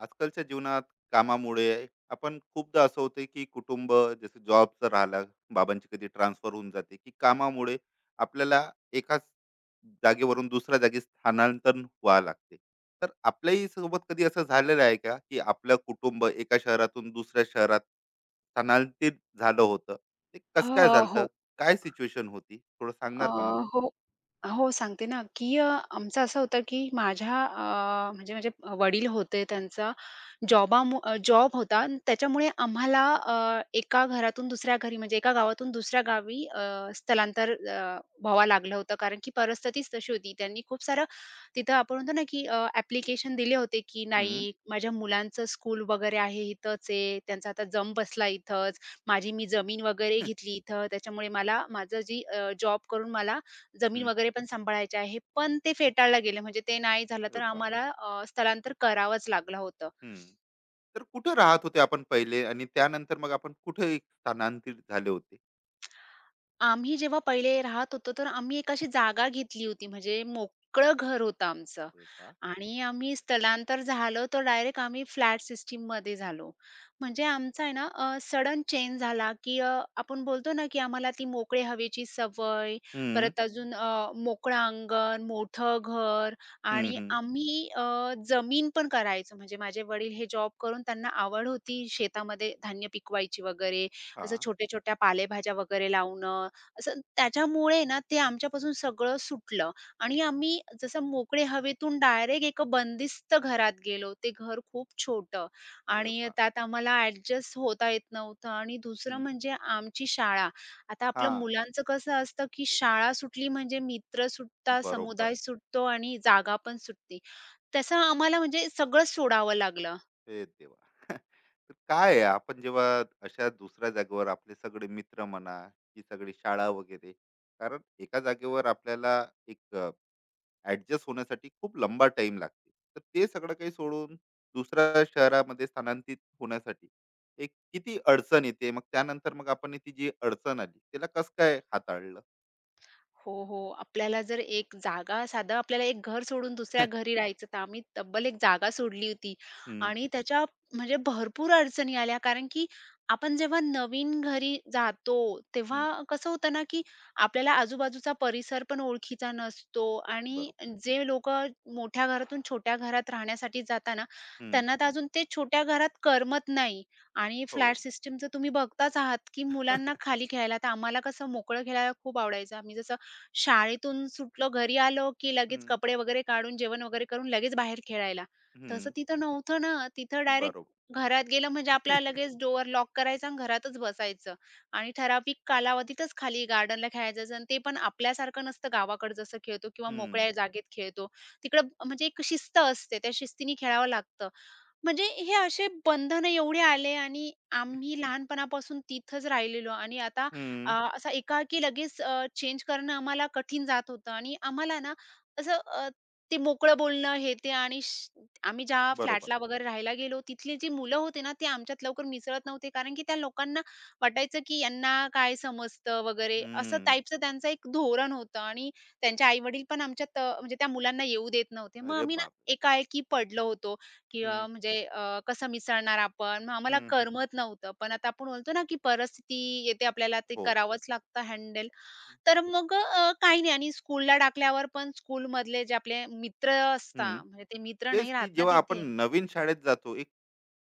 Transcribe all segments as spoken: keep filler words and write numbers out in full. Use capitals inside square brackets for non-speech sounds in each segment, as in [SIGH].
आजकालच्या जीवनात कामामुळे आपण खूपदा असं होतं की कुटुंब जसं जॉबचं राहिलं, बाबांची कधी ट्रान्सफर होऊन जाते की कामामुळे आपल्याला एकाच जागेवरून दुसऱ्या जागी स्थानांतरण व्हावं लागते. तर आपल्याही सोबत कधी असं झालेलं आहे का की आपलं कुटुंब एका शहरातून दुसऱ्या शहरात स्थानांतरित झालं होतं? ते अ, कसं काय झालं? हो. काय सिच्युएशन होती, थोडं अ, सांगणार का मला? हो, हो, सांगते ना, की अ, आमचं असं होतं, की माझ्या अ, म्हणजे माझे वडील होते, त्यांचा जॉबामु अ, जॉब होता आणि त्याच्यामुळे आम्हाला अ, एका घरातून दुसऱ्या घरी म्हणजे एका गावातून दुसऱ्या गावी अ, स्थलांतर अ, व्हावं लागलं होतं. कारण की परिस्थितीच तशी होती. त्यांनी खूप सारं तिथं आपण म्हणतो ना, की अ, दिले होते, की हम्म. नाही माझ्या मुलांचं स्कूल वगैरे आहे इथंच आहे, त्यांचा आता जम बसला इथंच, माझी मी जमीन वगैरे घेतली [LAUGHS] इथं, त्याच्यामुळे मला माझं जी जॉब करून मला जमीन हम्म. वगैरे पण सांभाळायची आहे. पण ते फेटाळलं गेलं म्हणजे ते नाही झालं तर अरे बाप. आम्हाला अ, स्थलांतर करावंच लागलं होतं. हम्म. तर कुठे राहत होते आपण पहिले आणि त्यानंतर मग आपण कुठे स्थानांतरित झाले होते? आम्ही जेव्हा पहिले राहत होतो, तर आम्ही एक अशी जागा घेतली होती, म्हणजे मोकळं घर होतं आमचं अरे वा. आणि आम्ही स्थलांतर झालो, तर डायरेक्ट आम्ही फ्लॅट सिस्टममध्ये झालो. म्हणजे आमचा आहे ना, सडन चेंज झाला, की अ, आपण बोलतो ना, की आम्हाला ती मोकळी हवेची सवय, हम्म. परत अजून अ, मोकळं अंगण, मोठं घर हम्म. आणि हम्म. आम्ही अ, जमीन पण करायचो. म्हणजे माझे वडील हे जॉब करून त्यांना आवड होती शेतामध्ये धान्य पिकवायची वगैरे, असं हा. छोट्या-छोट्या पालेभाज्या वगैरे लावणं असं त्याच्यामुळे ना ते आमच्यापासून सगळं सुटलं आणि आम्ही जसं मोकळे हवेतून डायरेक्ट एका बंदिस्त घरात गेलो. ते घर खूप छोटं अरे आणि वा. त्यात आम्हाला ॲडजस्ट होता येत नव्हतं आणि दुसरं हम्म, म्हणजे आमची शाळा. आता आपलं हा. मुलांचं कसं असतं, की शाळा सुटली म्हणजे मित्र सुटतात, बरोबर. समुदाय सुटतो आणि जागा पण सुटते. तसं आम्हाला म्हणजे सगळंच सोडावं लागलं. हे देवा. [LAUGHS] तर काय आहे, आपण जेव्हा अशा दुसऱ्या जागेवर आपले सगळे मित्र म्हणा की सगळी शाळा वगैरे, कारण एका जागेवर आपल्याला एक ऍडजस्ट होण्यासाठी खूप लंबा टाइम लागते, तर ते सगळं काही सोडून दुसऱ्या शहरामध्ये स्थानांतरित होण्यासाठी एक किती अडचण येते, मग त्यानंतर मग आपण ती जी अडचण आली त्याला कसं काय हाताळलं? हो, हो. आपल्याला जर एक जागा साधं आपल्याला एक घर सोडून दुसऱ्या [LAUGHS] घरी राहायचं, तर आम्ही तब्बल एक जागा सोडली होती हम्म. आणि त्याच्या म्हणजे भरपूर अडचणी आल्या. कारण की आपण जेव्हा नवीन घरी जातो, हम्म. तेव्हा कसं होतं ना, की आपल्याला आजूबाजूचा परिसर पण ओळखीचा नसतो आणि बरोबर. जे लोकं मोठ्या घरातून छोट्या घरात राहण्यासाठी जाता हम्म. त्यांना तर अजून ते छोट्या घरात करमत नाही आणि हो. फ्लॅट सिस्टमचं तुम्ही बघताच आहात, की मुलांना [LAUGHS] खाली खेळायला, तर आम्हाला कसं मोकळं खेळायला खूप आवडायचं. आम्ही जसं शाळेतून सुटलो, घरी आलो, की लगेच हम्म. कपडे वगैरे काढून, जेवण वगैरे करून लगेच बाहेर खेळायला. तसं हम्म. तिथं नव्हतं ना. तिथं डायरेक्ट बरोबर. घरात गेलं म्हणजे आपल्याला [LAUGHS] लगेच डोअर लॉक करायचा आणि घरातच बसायचं आणि ठराविक कालावधीतच खाली गार्डनला खेळायला जायचं आणि ते पण आपल्यासारखं नसतं गावाकडे जसं खेळतो किंवा मोकळ्या हम्म. जागेत खेळतो. तिकडं म्हणजे एक शिस्त असते. त्या शिस्तीने खेळावं लागतं. म्हणजे हे असे बंधनं एवढे आले आणि आम्ही लहानपणापासून तिथंच राहिलेलो आणि आता अ, हम्म. असा एकाएकी लगेच चेंज करणं आम्हाला कठीण जात होतं आणि आम्हाला ना असं अ, ते मोकळं बोलणं हे ते आणि श आम्ही ज्या बरोबर. फ्लॅटला वगैरे राहायला गेलो, तिथली जी मुलं होती ना, ते आमच्यात लवकर मिसळत नव्हते कारण की त्या लोकांना वाटायचं की यांना काय समजतं वगैरे असं हम्म. टाईपचं त्यांचं एक धोरण होतं आणि त्यांचे आई-वडील पण आमच्यात अ, म्हणजे त्या मुलांना येऊ देत नव्हते. मग अरे आम्ही ना बाप. एकाएकी पडलो होतो. किंवा हम्म. म्हणजे अ, कसं मिसळणार आपण? मग आम्हाला हम्म. हम्म. करमत नव्हतं. पण आता आपण बोलतो ना, की परिस्थिती येते आपल्याला ते हो. करावंच लागतं हँडल. तर मग अ, काही नाही आणि स्कूलला टाकल्यावर पण स्कूलमधले जे आपले मित्र हम्म. असतात, म्हणजे ते मित्र तेच नाही राहत की ना जेव्हा आपण तिथे. नवीन शाळेत जातो एक,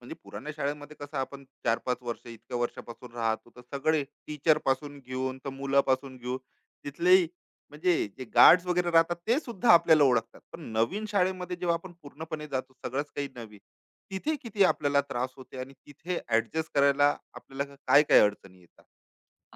म्हणजे पुराण्या शाळेमध्ये कसं आपण चार पाच वर्ष, इतक्या वर्षापासून राहतो तर सगळे टीचर पासून घेऊन तर मुलापासून घेऊन तिथलेही, म्हणजे जे गार्ड्स वगैरे राहतात ते सुद्धा आपल्याला ओळखतात. पण नवीन शाळेमध्ये जेव्हा आपण पूर्णपणे जातो सगळंच काही नवीन, तिथे किती आपल्याला त्रास होते आणि तिथे ॲडजस्ट करायला आपल्याला काय-काय अडचणी येतात?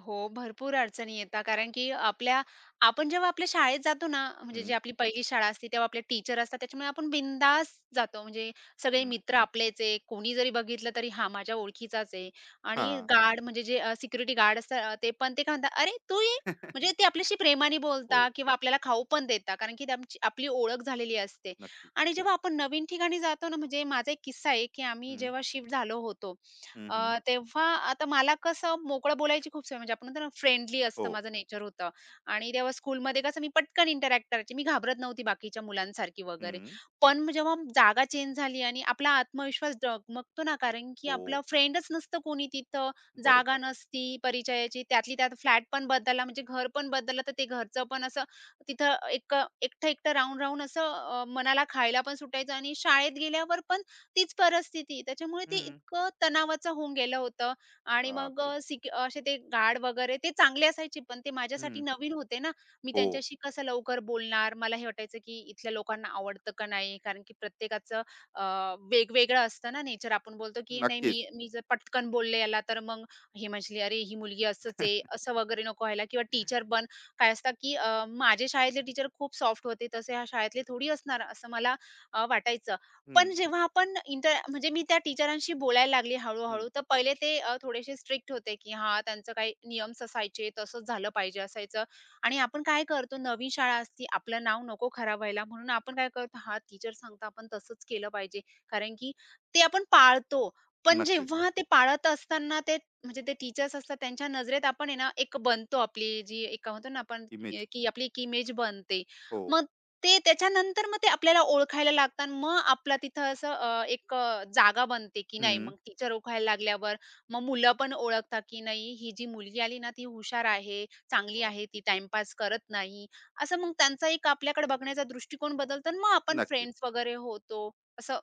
हो, भरपूर अडचणी येतात. कारण की आपल्या आपण जेव्हा आपल्या शाळेत जातो ना, म्हणजे जी हं. आपली पहिली शाळा असते, तेव्हा आपले टीचर असतात. त्याच्यामुळे आपण बिंदास जातो. म्हणजे सगळे हं. मित्र आपलेच आहे. कोणी जरी बघितलं तरी हा माझ्या ओळखीचाच आहे. आणि हां. गार्ड म्हणजे जे सिक्युरिटी गार्ड असतात ते पण ते काय म्हणतात, "अरे तू ये." म्हणजे [LAUGHS] ते आपल्याशी प्रेमाने हो, बोलतात किंवा आपल्याला खाऊ पण देतात. कारण की त्यांची आपली ओळख झालेली असते. नक्की. आणि जेव्हा आपण नवीन ठिकाणी जातो ना, म्हणजे माझा एक किस्सा आहे, की आम्ही हं. जेव्हा शिफ्ट झालो होतो हं. हं. अ, तेव्हा आता मला कसं मोकळं बोलायची खूप सवय म्हणजे आपण म्हणतो ना फ्रेंडली हो. असतं माझं नेचर होतं आणि तेव्हा स्कूलमध्ये कसं मी पटकन इंटरॅक्ट करायची. मी घाबरत नव्हती बाकीच्या मुलांसारखी वगैरे. हं. पण मग जेव्हा जागा चेंज झाली आणि आपला आत्मविश्वास डगमगतो ना, कारण की आपलं हो. फ्रेंडच नसतं कोणी तिथं, जागा बरोबर. नसती परिचयाची. त्यातली त्यात फ्लॅट पण बदलला म्हणजे घर पण बदललं, तर ते घरचं पण असं तिथं एक एकटं-एकटं राहून-राहून असं अ, मनाला खायला पण सुटायचं आणि शाळेत गेल्यावर पण तीच परिस्थिती. त्याच्यामुळे ते हं. इतकं तणावाचं होऊन गेलं होतं आणि मग बापरे! अ, सिक असे ते गार्ड वगैरे ते चांगले असायचे, पण ते माझ्यासाठी हं. नवीन होते ना. मी हो. त्यांच्याशी कसं लवकर बोलणार. मला हे वाटायचं की इथल्या लोकांना आवडतं का नाही? कारण की प्रत्येकाचं अ, वेगवेगळं असतं ना नेचर. आपण बोलतो की नाही नक्कीच. मी मी जर पटकन बोलले याला, तर मग हे म्हणशील, "अरे ही मुलगी असंच आहे." [LAUGHS] असं वगैरे नको व्हायला किंवा टीचर पण काय असतं की अ, माझे शाळेतले टीचर खूप सॉफ्ट होते, तसे ह्या शाळेतले थोडी असणार असं मला अ, वाटायचं. पण हं. जेव्हा आपण इंटर म्हणजे मी त्या टीचरांशी बोलायला लागली हं, हळू तर पहिले ते अ, थोडेसे स्ट्रिक्ट होते, की हां, त्यांचं काही नियम्स असायचे, तसंच झालं पाहिजे असायचं आणि आपण काय करतो, नवीन शाळा असती, आपलं नाव नको खराब व्हायला म्हणून आपण काय करतो, हां, टीचर सांगतात आपण तसंच केलं पाहिजे. कारण की ते आपण पाळतो. पण नक्कीच. जेव्हा ते पाळत असताना ते म्हणजे ते टीचर्स असतात त्यांच्या नजरेत आपण आहे ना, एक बनतो आपली जी एक म्हणतो ना आपण, अ, इमेज. की आपली एक इमेज बनते. हो. मग ते त्याच्यानंतर मग ते आपल्याला ओळखायला लागतात. मग आपला तिथं असं अ, एक अ, जागा बनते, की नाही हं. मग टीचर ओळखायला लागल्यावर मग मुलं पण ओळखतात, की नाही ही जी मुलगी आली ना, ती हुशार आहे, चांगली वाह! आहे, ती टाईमपास करत नाही. असं मग त्यांचा एक आपल्याकडे बघण्याचा दृष्टिकोन बदलतो आणि मग आपण नक्कीच. फ्रेंड्स वगैरे होतो. असं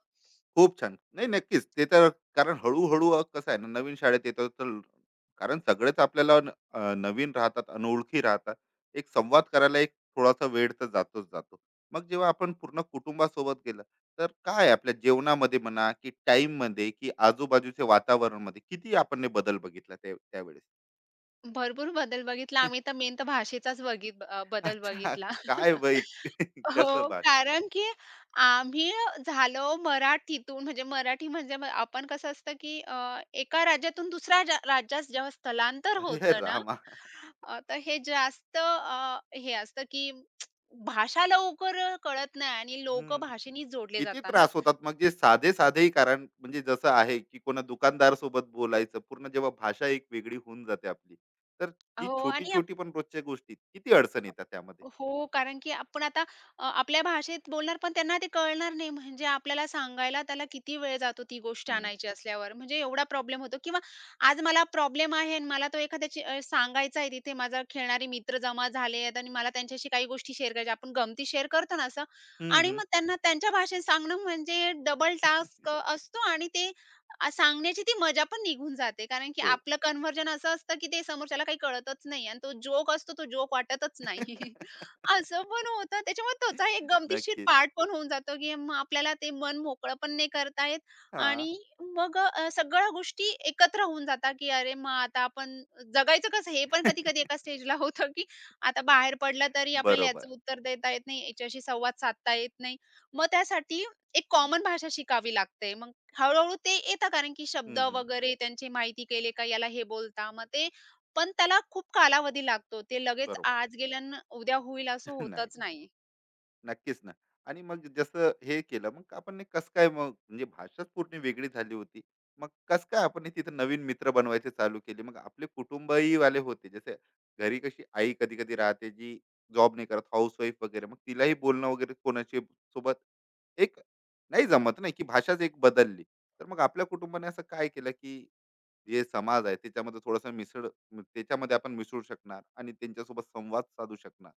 खूप छान. नाही, नक्कीच. ते तर कारण हळू-हळू, अ, कसं आहे ना, नवीन शाळेत येतो तर ल- कारण सगळेच आपल्याला न अ, नवीन राहतात, अनोळखी राहतात. एक संवाद करायला एक थोडासा वेळ तर जातोच जातो. मग जेव्हा आपण पूर्ण कुटुंबासोबत गेलं, तर काय आपल्या जेवणामध्ये म्हणा, की टाईममध्ये, की आजूबाजूच्या वातावरणामध्ये किती आपण हे बदल बघितला त्या त्यावेळेस? भरपूर बदल बघितला. आम्ही तर मेन तर भाषेचाच बघित अ, बदल अच्छा. बघितला. काय [LAUGHS] बाई. [LAUGHS] कसं हो, भाषण? कारण की आम्ही झालो मराठीतून म्हणजे मराठी म्हणजे मग आपण कसं असतं की अ, एका राज्यातून दुसऱ्या ज्या राज्यात जेव्हा स्थलांतर अरे होतं ना, रामा! अ, तर हे जास्त अ, हे असतं की भाषा लवकर कळत नाही आणि लोकं हं. भाषेने जोडले किती जातात ना. त्रास होतात मग, जे साधे साधेही, कारण म्हणजे जसं आहे की कोणा दुकानदार सोबत बोलायचं, पूर्ण जेव्हा भाषा एक वेगळी होऊन जाते आपली, तर जी हो छोटी आणि आप छोटी पण रोजच्या गोष्टी किती अडचण येतात त्यामध्ये. हो, कारण की आपण आता अ, आपल्या भाषेत बोलणार, पण त्यांना ते कळणार नाही. म्हणजे आपल्याला सांगायला त्याला किती वेळ जातो ती गोष्ट हम्म. आणायची असल्यावर. म्हणजे एवढा प्रॉब्लेम होतो किंवा आज मला प्रॉब्लेम आहे आणि मला तो एखाद्याशी अ, सांगायचा आहे. तिथे माझा खेळणारे मित्र जमा झाले आहेत आणि मला त्यांच्याशी काही गोष्टी शेअर करायच्या. आपण गमती शेअर करतो ना असं हम्म. आणि हम्म. मग त्यांना त्यांच्या भाषेत सांगणं म्हणजे डबल टास्क अ, असतो आणि ते अ, सांगण्याची ती मजा पण निघून जाते. कारण की हो. आपलं कन्व्हर्जन असं असतं, की ते समोरच्याला काही कळतच नाही आणि तो जोक असतो, तो जोक वाटतच नाही. [LAUGHS] [LAUGHS] असं पण होतं. त्याच्यामुळे त्याचा एक गमतीशीर नक्कीच. पार्ट पण होऊन जातो, की मग आपल्याला ते मन मोकळं पण नाही करता येत हा. आणि मग अ, सगळ्या गोष्टी एकत्र होऊन जातात, की अरे मग आता आपण जगायचं कसं? हे पण कधी-कधी [LAUGHS] एका स्टेजला होतं, की आता बाहेर पडलं तरी आपल्याला बरोबर. याचं उत्तर देता येत नाही, याच्याशी संवाद साधता येत नाही. मग त्यासाठी एक कॉमन भाषा शिकावी लागते. मग हळू ते येतं कारण की शब्द हम्म. हम्म. वगैरे त्यांची माहिती केले का याला हे बोलता. मग ते पण त्याला खूप कालावधी लागतो. ते लगेच बरोबर. आज गेलं अन् उद्या होईल असं [LAUGHS] नाही, होतच नाही. नक्कीच ना. आणि मग जसं हे केलं, मग आपण हे कसं काय मग, म्हणजे भाषाच पूर्ण वेगळी झाली होती. मग कसं काय आपण हे तिथे नवीन मित्र बनवायचे चालू केले? मग आपले कुटुंबही वाले होते. जसे घरी कशी आई कधी-कधी राहते, जी जॉब नाही करत, हाउसवाईफ वगैरे. मग तिलाही बोलणं वगैरे कोणाशी सोबत एक नाही जमत, नाही की भाषाच एक बदलली. तर मग आपल्या कुटुंबाने असं काय केलं की जे समाज आहे त्याच्यामध्ये थोडंसं मिसळ, त्याच्यामध्ये आपण मिसळू शकणार आणि त्यांच्यासोबत संवाद साधू शकणार.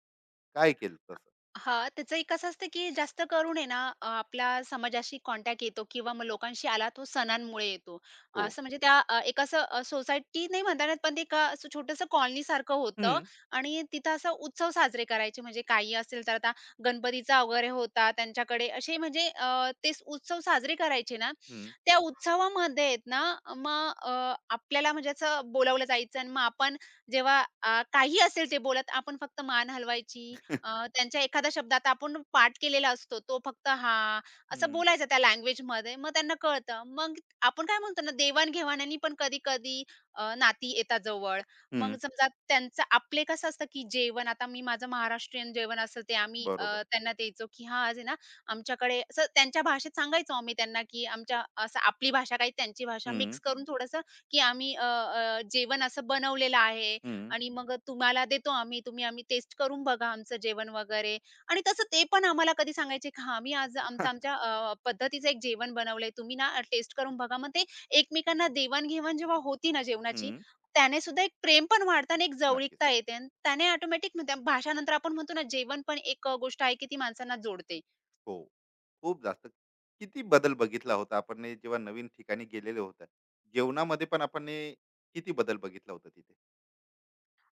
काय केलं तसं? हां, त्याचंही कसं असतं, की जास्त करून आहे ना, अ, आपला समाजाशी कॉन्टॅक्ट येतो किंवा मग लोकांशी आला तो सणांमुळे येतो. हो. असं म्हणजे त्या अ, एक असं अ, सोसायटी नाही म्हणता येणार, पण ते एका असं छोटंसं कॉलनीसारखं होतं हं. आणि तिथं असं उत्सव साजरे करायचे. म्हणजे काही असेल तर आता गणपतीचा वगैरे होता त्यांच्याकडे, असे म्हणजे अ, ते स- उत्सव साजरे करायचे ना, हं. त्या उत्सवामध्ये आहेत ना, मग अ, आपल्याला म्हणजे असं बोलावलं जायचं आणि मग आपण जेव्हा अ, काही असेल ते बोलत, आपण फक्त मान हलवायची अ, त्यांच्या एखाद्या शब्दात आपण पाठ केलेला असतो, तो फक्त हां, हं. असं हं. बोलायचं त्या लँग्वेजमध्ये. मग त्यांना कळतं. मग आपण काय म्हणतो ना, देवाण-घेवाणानी पण कधी-कधी अ, नाती येतात जवळ. मग [LAUGHS] समजा त्यांचं आपले कसं असतं, की जेवण आता मी माझं महाराष्ट्रीयन जेवण असेल, ते आम्ही अ, बरोबर. त्यांना द्यायचो, की हां, आज आहे ना, आमच्याकडे असं त्यांच्या भाषेत सांगायचो आम्ही त्यांना, की आमच्या असं आपली भाषा काही त्यांची भाषा हं. मिक्स करून थोडंसं, की आम्ही अ, अ, जेवण असं बनवलेलं आहे. हं. आणि मग तुम्हाला देतो आम्ही, तुम्ही आम्ही टेस्ट करून बघा आमचं जेवण वगैरे आणि तसं ते पण आम्हाला कधी सांगायचे, की "हां, मी आज आमचं आमच्या अ, पद्धतीचं एक जेवण बनवलंय, तुम्ही ना टेस्ट करून बघा." मग ते एकमेकांना देवाण-घेवाण जेव्हा होती ना जेवणाची, हं. त्याने सुद्धा एक प्रेम पण वाढतं आणि एक नक्कीच. जवळीकता येते आणि त्याने ऑटोमॅटिक भाषानंतर आपण म्हणतो ना जेवण पण एक गोष्ट आहे की ती माणसांना जोडते. हो. खूप जास्त. किती बदल बघितला होता आपण हे, जेव्हा नवीन ठिकाणी गेलेले होता, जेवणामध्ये पण आपण हे किती बदल बघितला होता तिथे?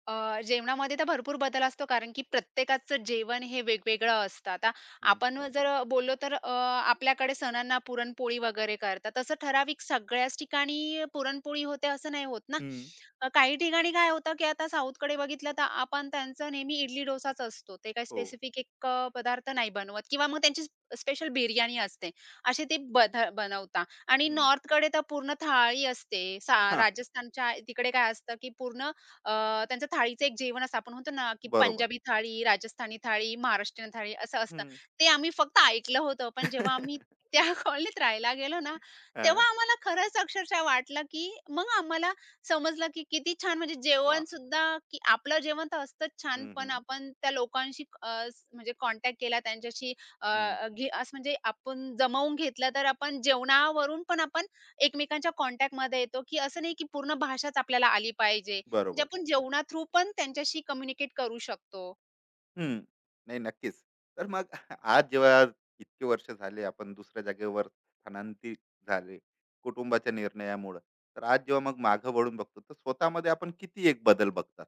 अ, जेवणामध्ये तर भरपूर बदल असतो कारण की प्रत्येकाचं जेवण हे वेगवेगळं असतं. आता हं. आपण जर अ, बोललो तर अ, आपल्याकडे सणांना पुरणपोळी वगैरे करतात. तसं ठराविक सगळ्याच ठिकाणी पुरणपोळी होते असं नाही होत ना. हं. अ, काही ठिकाणी काय होतं की आता साऊथकडे बघितलं तर आपण त्यांचं नेहमी इडली डोसाच असतो. ते काही हो. स्पेसिफिक एक अ, पदार्थ नाही बनवत किंवा मग त्यांची स्पेशल बिर्याणी असते. असे ते बध बनवता आणि हं. नॉर्थकडे तर पूर्ण थाळी असते. सा हां. राजस्थानच्या तिकडे काय असतं की पूर्ण अ, त्यांचं थाळीचं एक जेवण असं आपण म्हणतो ना, की बरोबर. पंजाबी थाळी, राजस्थानी थाळी, महाराष्ट्रीयन थाळी असं असतं. हं. ते आम्ही फक्त ऐकलं होतं. पण जेव्हा आम्ही त्या [LAUGHS] कॉलनीत राहायला गेलो ना, तेव्हा हां. आम्हाला खरंच अक्षरशः वाटलं, की मग आम्हाला समजलं, की किती छान म्हणजे वाह! जेवणसुद्धा की आपलं जेवण तर असतंच छान, हं. पण हं. आपण त्या लोकांशी अ, स- म्हणजे कॉन्टॅक्ट केला त्यांच्याशी हं. अ, घे असं म्हणजे आपण जमावून घेतलं, तर आपण जेवणावरून पण आपण एकमेकांच्या कॉन्टॅक्टमध्ये येतो, की असं नाही, की पूर्ण भाषाच आपल्याला आली पाहिजे. म्हणजे बरोबर. आपण जेवणा थ्रू पण त्यांच्याशी कम्युनिकेट करू शकतो. हं. नाही, नक्कीच. तर मग आज जेव्हा इतके वर्ष झाले, आपण दुसऱ्या जागेवर स्थानांतरित झाले, कुटुंबाच्या निर्णयामुळं. तर आज जेव्हा मग मागं वळून बघतो, तर स्वतःमध्ये आपण किती एक बदल बघतात.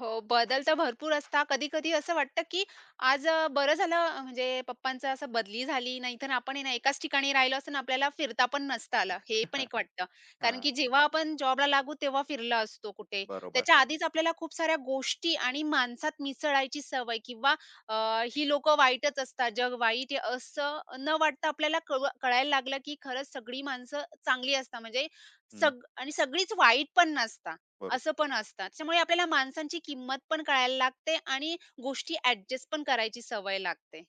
हो, बदल तर भरपूर असता कधी-कधी असं वाटतं, की आज अ, बरं झालं अ, म्हणजे पप्पांचं असं बदली झाली, नाहीतर आपण आहे ना एकाच ठिकाणी राहिलो असतो ना, आपल्याला फिरता पण नसतं आलं. हे पण [LAUGHS] एक वाटतं. कारण की हां, जेव्हा आपण जॉबला लागू तेव्हा फिरला असतो कुठे. बरोबर. त्याच्या आधीच आपल्याला खूप साऱ्या गोष्टी आणि माणसात मिसळायची सवय किंवा अ, ही लोकं वाईटच असतात, जग वाईट आहे असं न वाटता आपल्याला कळ कळायला लागलं, की खरंच सगळी माणसं चांगली असतात. म्हणजे हं, सग आणि सगळीच वाईट पण नसतात. असं बरोबर. पण असतं. त्याच्यामुळे आपल्याला माणसांची किंमत पण कळायला लागते आणि गोष्टी ॲडजस्ट पण करायची सवय लागते.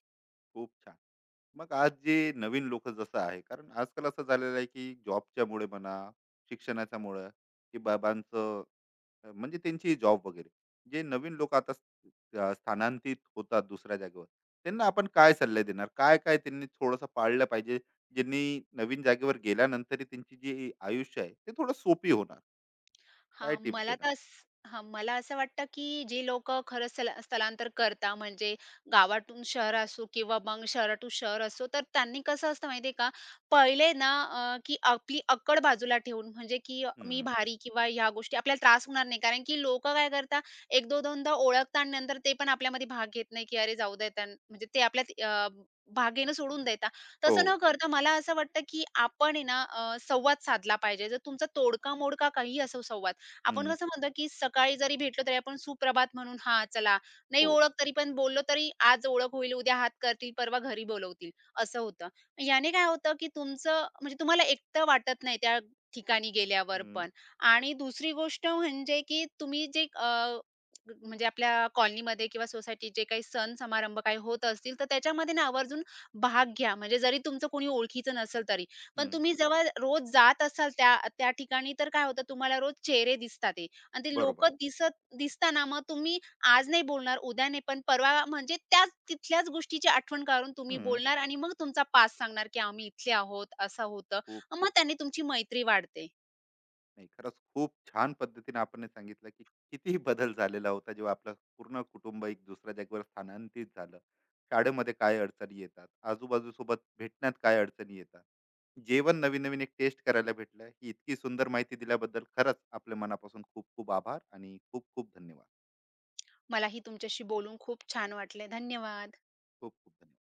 खूप छान. मग आज जे नवीन लोक जसं आहे, कारण आजकाल असं झालेलं आहे, की जॉबच्यामुळे म्हणा, शिक्षणाच्यामुळं, की बाबांचं अ, म्हणजे त्यांची जॉब वगैरे. जे नवीन लोकं आता अ, स्थानांतरित होतात दुसऱ्या जागेवर, त्यांना आपण काय सल्ले देणार, काय काय त्यांनी थोडंसं पाळलं पाहिजे ज्यांनी नवीन जागेवर गेल्यानंतर त्यांची जी आयुष्य आहे ते थोडं सोपी होणार. काय हां, टिप्स मला देणार? तर असं हां, मला असं वाटतं, की जे लोकं खरंच स्थला स्थलांतर करता म्हणजे गावातून शहर असो किंवा मग शहरातून शहर असो, तर त्यांनी कसं असतं माहिती आहे का, पहिले ना अ, की आपली अक्कड बाजूला ठेवून म्हणजे की मी हम्म. भारी किंवा ह्या गोष्टी आपल्याला त्रास होणार नाही. कारण की लोकं काय करतात, एक दोन दोनदा ओळखता आणि नंतर ते पण आपल्यामध्ये भाग घेत नाही, की "अरे जाऊ दे म्हणजे ते आपल्यात अ, भाग घेणं सोडून देता. हो. तसं न करता मला असं वाटतं, की आपण आहे ना अ, संवाद साधला पाहिजे. जर तुमचा तोडका-मोडका काही असो संवाद, आपण हम्म. कसं म्हणतो, की सकाळी जरी भेटलो तरी आपण सुप्रभात म्हणून हां, चला. नाही हो. ओळख तरी पण बोललो तरी आज ओळख होईल, उद्या हात करतील, परवा घरी बोलवतील, असं होतं. याने काय होतं, की तुमचं म्हणजे तुम्हाला एकटं वाटत नाही त्या ठिकाणी गेल्यावर हम्म. पण. आणि दुसरी गोष्ट म्हणजे, की तुम्ही जे अ, म्हणजे आपल्या कॉलनीमध्ये किंवा सोसायटीत जे काही सण समारंभ काही होत असतील, तर त्याच्यामध्ये ना आवर्जून भाग घ्या. म्हणजे जरी तुमचं कोणी ओळखीचं नसेल तरी. पण हम्म. तुम्ही जेव्हा रोज जात असाल त्या त्या ठिकाणी तर काय होतं तुम्हाला रोज चेहरे दिसतात आहे आणि ते बरोबर. लोकं दिसत दिसताना मग तुम्ही आज नाही बोलणार, उद्या नाही, पण परवा म्हणजे त्याच तिथल्याच गोष्टीची आठवण काढून तुम्ही हम्म. बोलणार आणि मग तुमचा पास्ट सांगणार, की आम्ही इथले आहोत, असं होतं. खूप मग छान. त्याने तुमची मैत्री वाढते. नाही, खरंच खूप छान पद्धतीने आपण हे सांगितलं, की किती बदल झालेला होता जेव्हा आपलं पूर्ण कुटुंब एक दुसऱ्या जागेवर स्थानांतरित झालं, शाळेमध्ये काय अडचणी येतात, आजूबाजूसोबत भेटण्यात काय अडचणी येतात, जेवण नवीन-नवीन एक टेस्ट करायला भेटलं. ही इतकी सुंदर माहिती दिल्याबद्दल खरंच आपल्या मनापासून खूप खूप आभार आणि खूप खूप धन्यवाद. मलाही तुमच्याशी बोलून खूप छान वाटले. धन्यवाद. खूप खूप धन्यवाद.